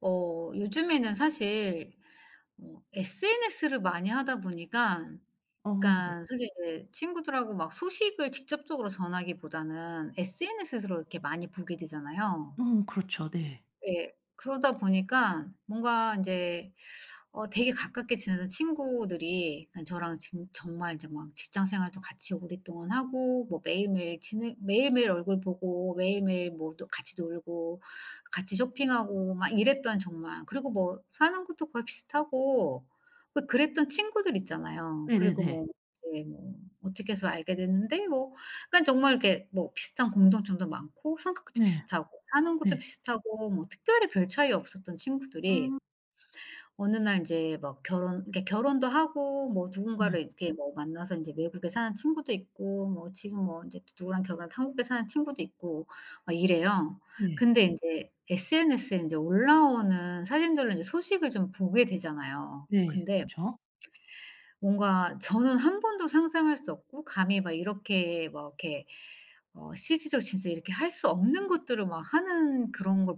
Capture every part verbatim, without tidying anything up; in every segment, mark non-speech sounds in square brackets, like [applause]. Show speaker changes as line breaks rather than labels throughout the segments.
어 요즘에는 사실 어 에스엔에스를 많이 하다 보니까,
어 네.
그러니까 사실 이제 친구들하고 막 소식을 직접적으로 전하기보다는 에스엔에스로 이렇게 많이 보게 되잖아요.
어 그렇죠. 네.
예. 그러다 보니까 뭔가 인제 어 되게 가깝게 지내던 친구들이 그냥 저랑 진 정말 인제 막 직장 생활도 같이 오랫동안 하고, 뭐 매일매일 지내 매일매일 얼굴 보고 매일매일 뭐 또 같이 놀고 같이 쇼핑하고 막 이랬던, 정말 그리고 뭐 사는 것도 거의 비슷하고 그 그랬던 친구들 있잖아요. 그리고
네네네.
뭐 이제 뭐 어떻게 해서 알게 됐는데, 뭐 그러니까 정말 이렇게 뭐 비슷한 공통점도 많고 성격도
네.
비슷하고 사는 곳도
네.
비슷하고 뭐 특별히 별 차이 없었던 친구들이
음.
어느 날 인제 막 결혼, 그러니까 결혼도 하고 뭐
네.
누군가를 이렇게 뭐 만나서 인제 외국에 사는 친구도 있고, 뭐 지금 뭐 인제 또 누구랑 결혼해서 한국에 사는 친구도 있고 막 이래요.
네.
근데 인제 에스엔에스에 인제 올라오는 사진들로 인제 소식을 좀 보게 되잖아요.
네.
근데
그쵸.
뭔가 저는 한 번도 상상할 수 없고 감히 막 이렇게 막 이렇게 어 실질적으로 진짜 이렇게 할 수 없는 것들을 막 하는 그런 걸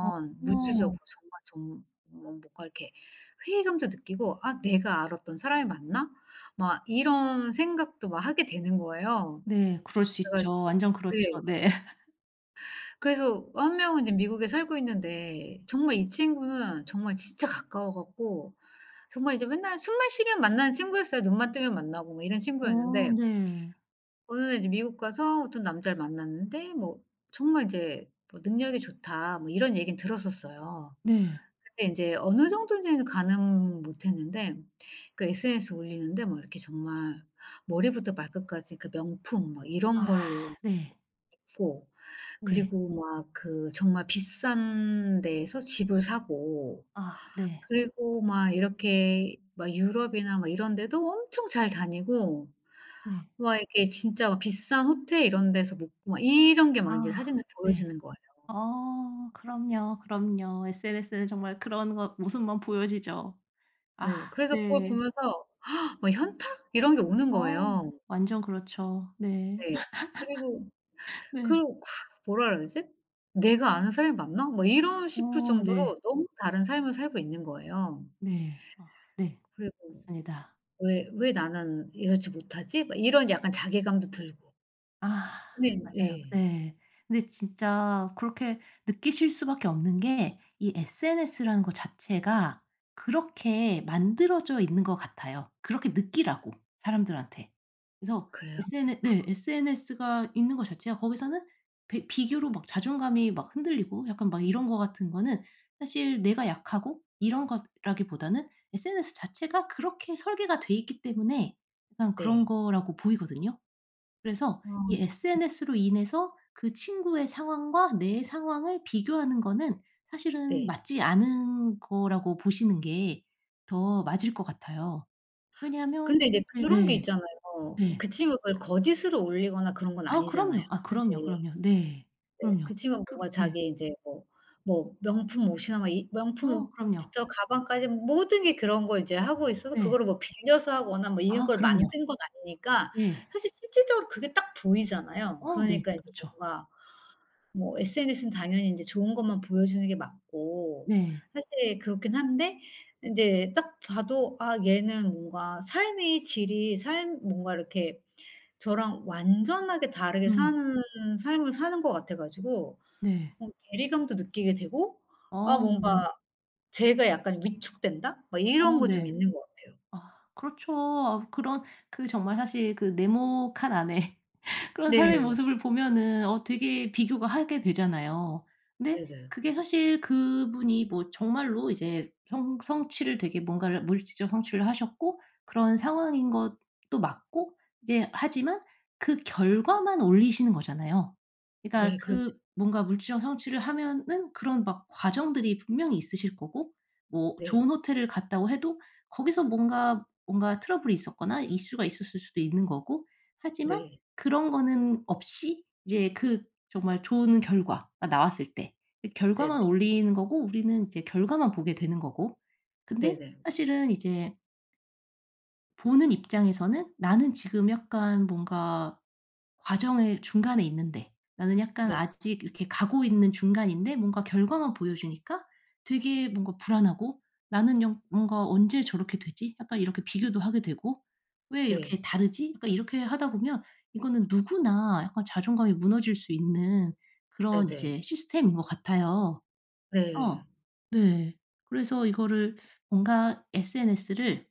어.
물질적으로 정말 좀 뭐 뭔가 이렇게 회의감도 느끼고 '아 내가 알았던 사람이 맞나?' 막 이런 생각도 막 하게 되는 거예요.
네. 그럴 수
그래
있죠.
가지고
완전 그렇죠.
네.
네. [laughs]
그래서 한 명은 이제 미국에 살고 있는데, 정말 이 친구는 정말 진짜 가까워 갖고 정말 이제 맨날 숨만 쉬면 만나는 친구였어요. 눈만 뜨면 만나고 뭐 이런
어
친구였는데,
네.
어느 날 이제 미국 가서 어떤 남자를 만났는데 뭐 정말 이제 뭐 "능력이 좋다." 뭐 이런 얘기는 들었었어요.
네.
근데 인제 어느 정도인지는 가늠 못했는데, 그 에스엔에스 올리는데 막 이렇게 정말 머리부터 발끝까지 그 명품 막 이런
아
걸로
네.
입고,
네.
그리고 막 그 정말 비싼 데에서 집을 사고,
아 네.
그리고 막 이렇게 막 유럽이나 막 이런 데도 엄청 잘 다니고
네.
막 이렇게 진짜 막 비싼 호텔 이런 데서 묵고 막 이런 게 막 인제
아
사진을
네.
보여주는 거예요.
어 그럼요, 그럼요. 에스엔에스는 정말 그런 것 모습만 보여지죠. 아
네. 그래서 그걸
네.
보면서 막 현타? 이런 게 오는
어
거예요.
완전 그렇죠. 네.
네.
[laughs]
그리고 그
네.
뭐라 그래야 되지? '내가 아는 사람이 맞나?' 막 이런 싶을
어 네.
정도로 너무 다른 삶을 살고 있는 거예요.
네. 어 네.
그리고
맞습니다.
'왜 왜 나는 이러지 못하지?' 막 이런 약간 자괴감도 들고.
아
네,
맞아요.
예.
네. 근데 진짜 그렇게 느끼실 수밖에 없는 게 이 에스엔에스라는 거 자체가 그렇게 만들어져 있는 것 같아요. 그렇게 느끼라고 사람들한테. 그래서
그래요?
SN 네 에스엔에스가 있는 것 자체가 거기서는 비 비교로 막 자존감이 막 흔들리고 약간 막 이런 거 같은 거는 사실 내가 약하고 이런 거라기보다는 에스엔에스 자체가 그렇게 설계가 돼 있기 때문에 약간 그런
네.
거라고 보이거든요. 그래서
어
이 에스엔에스로 인해서 그 친구의 상황과 내 상황을 비교하는 거는 사실은
네.
맞지 않은 거라고 보시는 게 더 맞을 것 같아요. 왜냐하면
근데 이제
이제
그런 게
네.
있잖아요.
네.
그 친구가 그걸 거짓으로 올리거나 그런 건
아
아니잖아요,
그럼요. 아 그럼요,
사실.
그럼요. 네.
네.
그럼요.
그 친구가
그
뭔가
네.
자기 이제 뭐 뭐 명품 옷이나 막 이 명품
어 그럼요.
옷부터 가방까지 모든 게 그런 걸 이제 하고 있어서
네.
그거를 뭐 빌려서 하거나 뭐 이런
아
걸
그럼요.
만든 건 아니니까,
네.
사실 실질적으로 그게 딱 보이잖아요.
어 네.
그러니까 이제
그렇죠.
뭔가 뭐 에스엔에스는 당연히 인제 좋은 것만 보여주는 게 맞고
네.
사실 그렇긴 한데, 인제 딱 봐도 '아 얘는 뭔가 삶의 질이 삶 뭔가 이렇게 저랑 완전하게 다르게
음.
사는 삶을 사는 것 같아 가지고
네.
뭔가 괴리감도 느끼게 되고 아
어
뭔가
그럼요.
제가 약간 위축된다?' 막 이런
어
거 좀
네.
있는 것 같아요.
아 그렇죠. 아 그런 그 정말 사실 그 네모칸 안에 그런 삶의
네.
모습을 보면은 어 되게 비교가 하게 되잖아요. 근데
네네.
그게 사실 그분이 뭐 정말로 이제 성 성취를 되게 뭔가를 물질적 성취를 하셨고 그런 상황인 것도 맞고 이제 하지만 그 결과만 올리시는 거잖아요. 그러니까
네 그렇죠.
그 뭔가 물질적 성취를 하면은 그런 막 과정들이 분명히 있으실 거고 뭐
네.
좋은 호텔을 갔다고 해도 거기서 뭔가 뭔가 트러블이 있었거나 이슈가 있었을 수도 있는 거고 하지만
네.
그런 거는 없이 이제 그 정말 좋은 결과가 나왔을 때 그
네네.
결과만 올리는 거고 우리는 이제 결과만 보게 되는 거고. 근데
네네.
사실은 이제 보는 입장에서는 '나는 지금 약간 뭔가 과정의 중간에 있는데 나는 약간
네.
아직 이렇게 가고 있는 중간인데 뭔가 결과만 보여주니까 되게 뭔가 불안하고 나는 영 뭔가 언제 저렇게 되지?' 약간 이렇게 비교도 하게 되고 '왜 이렇게
네.
다르지?' 약간 이렇게 하다 보면 이거는 누구나 약간 자존감이 무너질 수 있는 그런
네네.
이제 시스템인 것 같아요.
네.
어, 네. 그래서 이거를 뭔가 에스엔에스를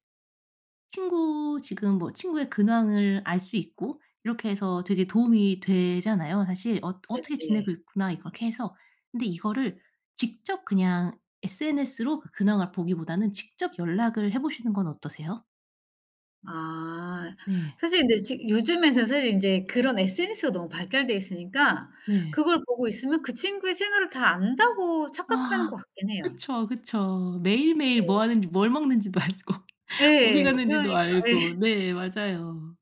친구 지금 뭐 친구의 근황을 알 수 있고 이렇게 해서 되게 도움이 되잖아요 사실. 어 '어떻게
네네.
지내고 있구나.' 이렇게 해서. 근데 이거를 직접 그냥 에스엔에스로 그 근황을 보기보다는 직접 연락을 해 보시는 건 어떠세요?
아.
네.
사실 근데 지 요즘에는 사실 인제 그런 에스엔에스가 너무 발달돼 있으니까,
네.
그걸 보고 있으면 그 친구의 생활을 다 안다고 착각하는
와.
것 같긴 해요.
그쵸, 그쵸. 매일매일 뭐 하는지 뭘 먹는지도 알고 [laughs]
네.
어디
예. 그러니까
갔는지도
예.
알고. 네 맞아요.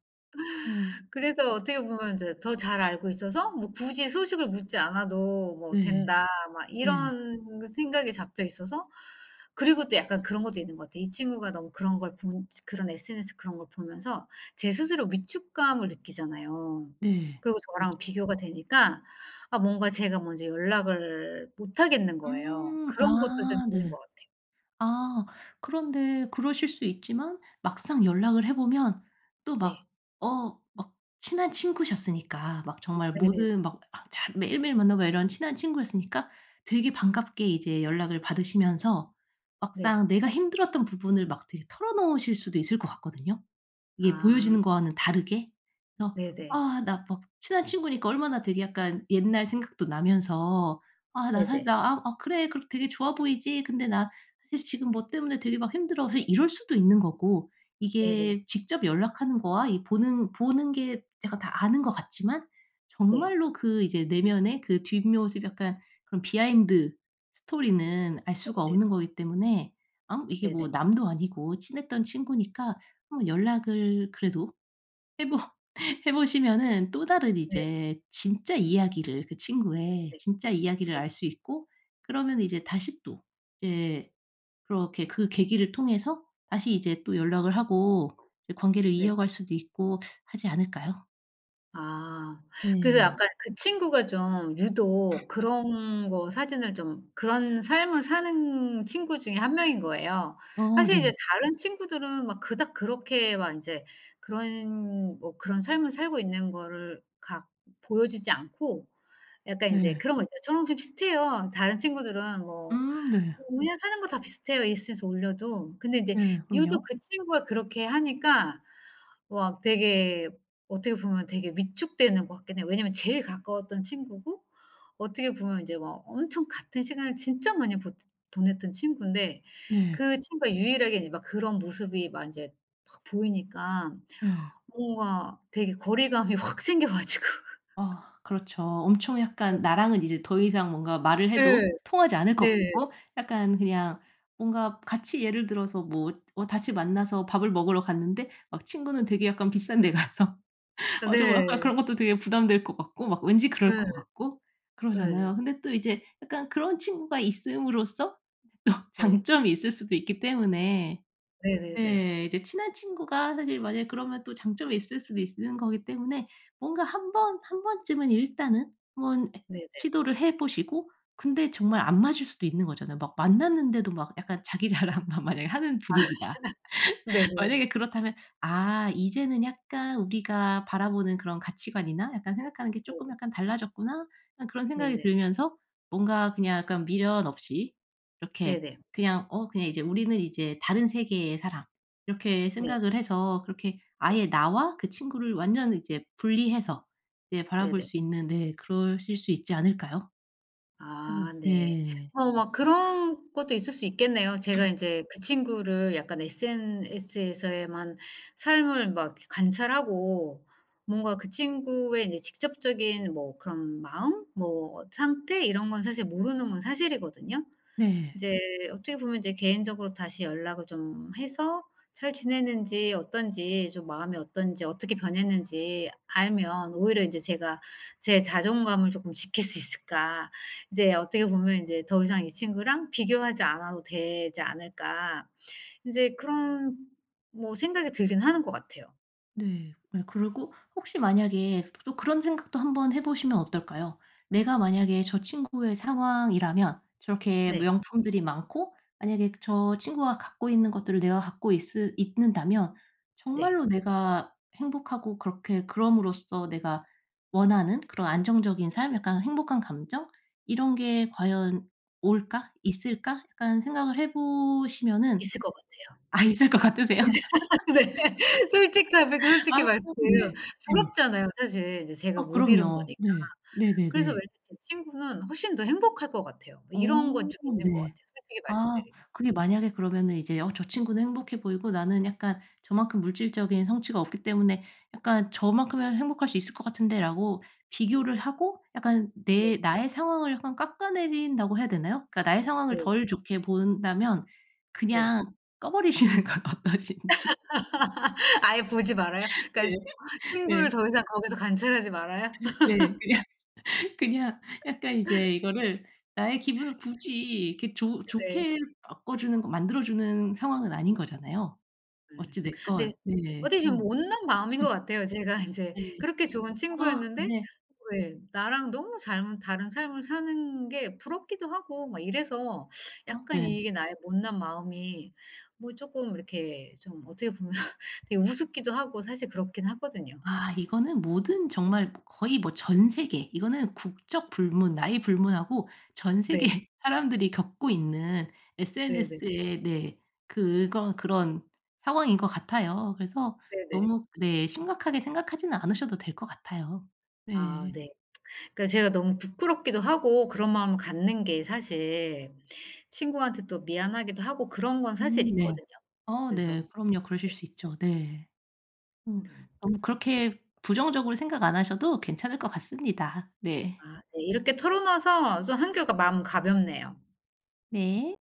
어.
그래서 어떻게 보면 이제 더 잘 알고 있어서 뭐 '굳이 소식을 묻지 않아도 뭐
네.
된다.' 막
네.
이런 생각에 잡혀 있어서, 그리고 또 약간 그런 것도 있는 것 같아요. 이 친구가 너무 그런 걸 본, 그런 에스엔에스 그런 걸 보면서 제 스스로 위축감을 느끼잖아요.
네.
그리고 저랑
그렇죠.
비교가 되니까 아 뭔가 제가 먼저 연락을 못 하겠는 거예요.
음.
그런 것도 좀
아
있는
네.
것 같아요.
아 그런데 그러실 수 있지만 막상 연락을 해 보면 또 막
네.
어 막 친한 친구셨으니까 막 정말
네네. 네.
모든 막 아 자- 매일매일 만나고 이런 친한 친구였으니까 되게 반갑게 이제 연락을 받으시면서
네.
막상 내가 힘들었던 부분을 막 되게 털어놓으실 수도 있을 것 같거든요. 이게
아
보여지는 거와는 다르게 그래서
네네.
아 나 막 친한 친구니까 얼마나 되게 약간 옛날 생각도 나면서 '아 나 사실
네네.
나 아 아 그래. 그렇 되게 좋아 보이지. 근데 나 사실 지금 뭐 때문에 되게 막 힘들어.' 사실 이럴 수도 있는 거고
네네.
이게 직접 연락하는 거와 이 보는 보는 게 약간 다 아는 것 같지만
네네. 네.
정말로 그 이제 내면의 그 뒷모습 약간 그런 비하인드 스토리는 알 수가
네네.
없는 거기 때문에 아무 이게
네네. 네. 네, 네, 네, 네, 네,
뭐 남도 아니고 친했던 친구니까 한번 연락을 그래도 해보 해 보시면은 [laughs] 또 다른
네.
이제 진짜 이야기를 그 친구의
네.
진짜 이야기를
네.
알 수 있고 그러면 이제 다시 또 이제 그렇게 그 계기를 통해서 다시 이제 또 연락을 하고 이제 관계를
네.
이어갈 수도 있고 하지 않을까요?
아. 그래서
네.
약간 그 친구가 좀 유독 그런 거 사진을 좀, 그런 삶을 사는 친구 중에 한 명인 거예요.
어
사실
네.
이제 다른 친구들은 막 그닥 그렇게 막 인제 그런 뭐 그런 삶을 살고 있는 거를 각 보여주지 않고, 약간 인제
네.
그런 거 있잖아요. "저랑 좀 비슷해요." 다른 친구들은 뭐
음 네.
"뭐 그냥 사는 거 다 비슷해요." 에스엔에스에 올려도. 근데 인제
네.
유독
그럼요.
그 친구가 그렇게 하니까 뭐 막 되게 어떻게 보면 되게 위축되는 것 같긴 해요. 왜냐면 제일 가까웠던 친구고, 어떻게 보면 이제 막 엄청 같은 시간을 진짜 많이 보냈던 친구인데,
네.
그 친구가 유일하게 이제 막 그런 모습이 막이제막 보이니까
네.
뭔가 되게 거리감이 [laughs] 확 생겨 가지고
어 그렇죠. 엄청 약간 나랑은 이제 더 이상 뭔가 말을 해도
네
통하지 않을 것 같고 약간 그냥 뭔가 같이 예를 들어서 뭐 어 다시 만나서 밥을 먹으러 갔는데 막 친구는 되게 약간 비싼 데 가서 [laughs]
아,
어 저거 약간
네.
그런 것도 되게 부담될 것 같고 막 왠지 그럴 것
예.
같고
예.
그러잖아요. 근데 또 이제 약간 그런 친구가 있음으로써 또 [laughs]
네.
장점이 있을 수도 있기 때문에
네네네 네.
네. 이제 친한 친구가 사실 만약에 그러면 또 장점이 있을 수도 있는 거기 때문에 뭔가 한 번 한 번쯤은 일단은 한번 예
네 네네.
시도를 해 보시고 근데 정말 안 맞을 수도 있는 거잖아요. 막 만났는데도 막 약간 자기 자랑 [laughs] 만약에 하는 분위기다.
네네.
만약에 그렇다면 '아 이제는 약간 우리가 바라보는 그런 가치관이나 약간 생각하는 게 쪼끔
네네.
약간 달라졌구나.' 약간 그런 생각이
네네.
들면서 뭔가 그냥 약간 미련 없이
네 네.
이렇게
네네.
그냥 어 그냥 이제 '우리는 이제 다른 세계의 사람.' 이렇게
네.
생각을 해서 그렇게
네.
아예 나와 그 친구를 완전 이제 분리해서 이제 바라볼
네네.
수 있는 네 그러실 수 있지 않을까요? 어
아 네.
네.
어 막 그런 것도 있을 수 있겠네요. 제가 인제 그 친구를 약간 에스엔에스에서에만 삶을 막 관찰하고, 뭔가 그 친구의 인제 직접적인 뭐 그런 마음? 뭐 상태? 이런 건 사실 모르는 건 사실이거든요.
네.
이제 어떻게 보면 이제 개인적으로 다시 연락을 좀 해서 잘 지내는지 어떤지 좀, 마음이 어떤지 어떻게 변했는지 알면 오히려 이제 제가 제 자존감을 조금 지킬 수 있을까. 이제 어떻게 보면 이제 '더 이상 이 친구랑 비교하지 않아도 되지 않을까.' 인제 그런 뭐 생각이 들긴 하는 것 같아요.
네. 네 그리고 혹시 만약에 또 그런 생각도 한번 해 보시면 어떨까요? 내가 만약에 저 친구의 상황이라면 저렇게
네.
명품들이 많고 만약에 저 친구가 갖고 있는 것들을 내가 갖고 있 있는다면
네.
정말로 내가 행복하고 그렇게 그럼으로써 내가 원하는 그런 안정적인 삶 약간 행복한 감정 이런 게 과연 올까? 있을까? 약간 생각을 해 보시면은
있을 것 같아요.
아 있을 것 같으세요?
[laughs] 네. 솔직하게
[laughs] 아
솔직히 말씀드려요.
네. 네.
부럽잖아요 사실. 이제 제가
아
못 이룬
그럼요.
거니까.
네.
그래서
네네네.
왠지 제 친구는 훨씬 더 행복할 것 같아요. 뭐 이런 건
어
좀 있는 것
네.
같아요, 솔직히
아
말씀드리면.
그게 만약에 그러면은 이제 '어 저 친구는 행복해 보이고 나는 약간 저만큼 물질적인 성취가 없기 때문에 약간 저만큼은 행복할 수 있을 것 같은데.'라고 비교를 하고 약간
네.
내 나의 상황을 약간 깎아내린다고 해야 되나요? 그러니까 나의 상황을
네.
덜 좋게 본다면
네.
그냥 꺼 버리시는 [laughs] 건 어떠신지.
[laughs] 아예 보지 말아요? 그러니까
네.
친구를
네.
더 이상 거기서 관찰하지 말아요? [laughs]
네. 그냥 그냥 약간 이제 이거를 나의 기분을 굳이 이렇게 좋
네.
좋게 바꿔주는 거 만들어주는 상황은 아닌 거잖아요,
네.
어찌
근데
됐건. 네.
어떻게 좀
그래서
못난 마음인 것 같아요. 제가 인제
네.
그렇게 좋은
아
친구였는데
근데
네 나랑 너무 잘못 다른 삶을 사는 게 부럽기도 하고 막 이래서
어
약간
네.
이게 나의 못난 마음이 뭐 쪼끔 이렇게 좀 어떻게 보면 [laughs] 되게 우습기도 하고 사실 그렇긴 하거든요.
아 이거는 모든 정말 거의 뭐 전 세계 이거는 국적 불문, 나이 불문하고 전 세계
네.
[laughs] 사람들이 겪고 있는
네네.
에스엔에스의 네 그거 그런 상황인 것 같아요. 그래서
네네.
너무 네 심각하게 생각하지는 않으셔도 될 것 같아요.
아
네.
네. 그러니까 제가 너무 부끄럽기도 하고 그런 마음을 갖는 게 사실 친구한테 또 미안하기도 하고 그런 건 사실
음 네.
있거든요.
어
그래서
네. 그럼요. 그러실
네.
수 있죠. 네. 어
네.
너무
그래서
그렇게 부정적으로 생각 안 하셔도 괜찮을 것 같습니다. 네.
아 네. 이렇게 털어 놔서 좀 한결 가 마음 가볍네요.
네.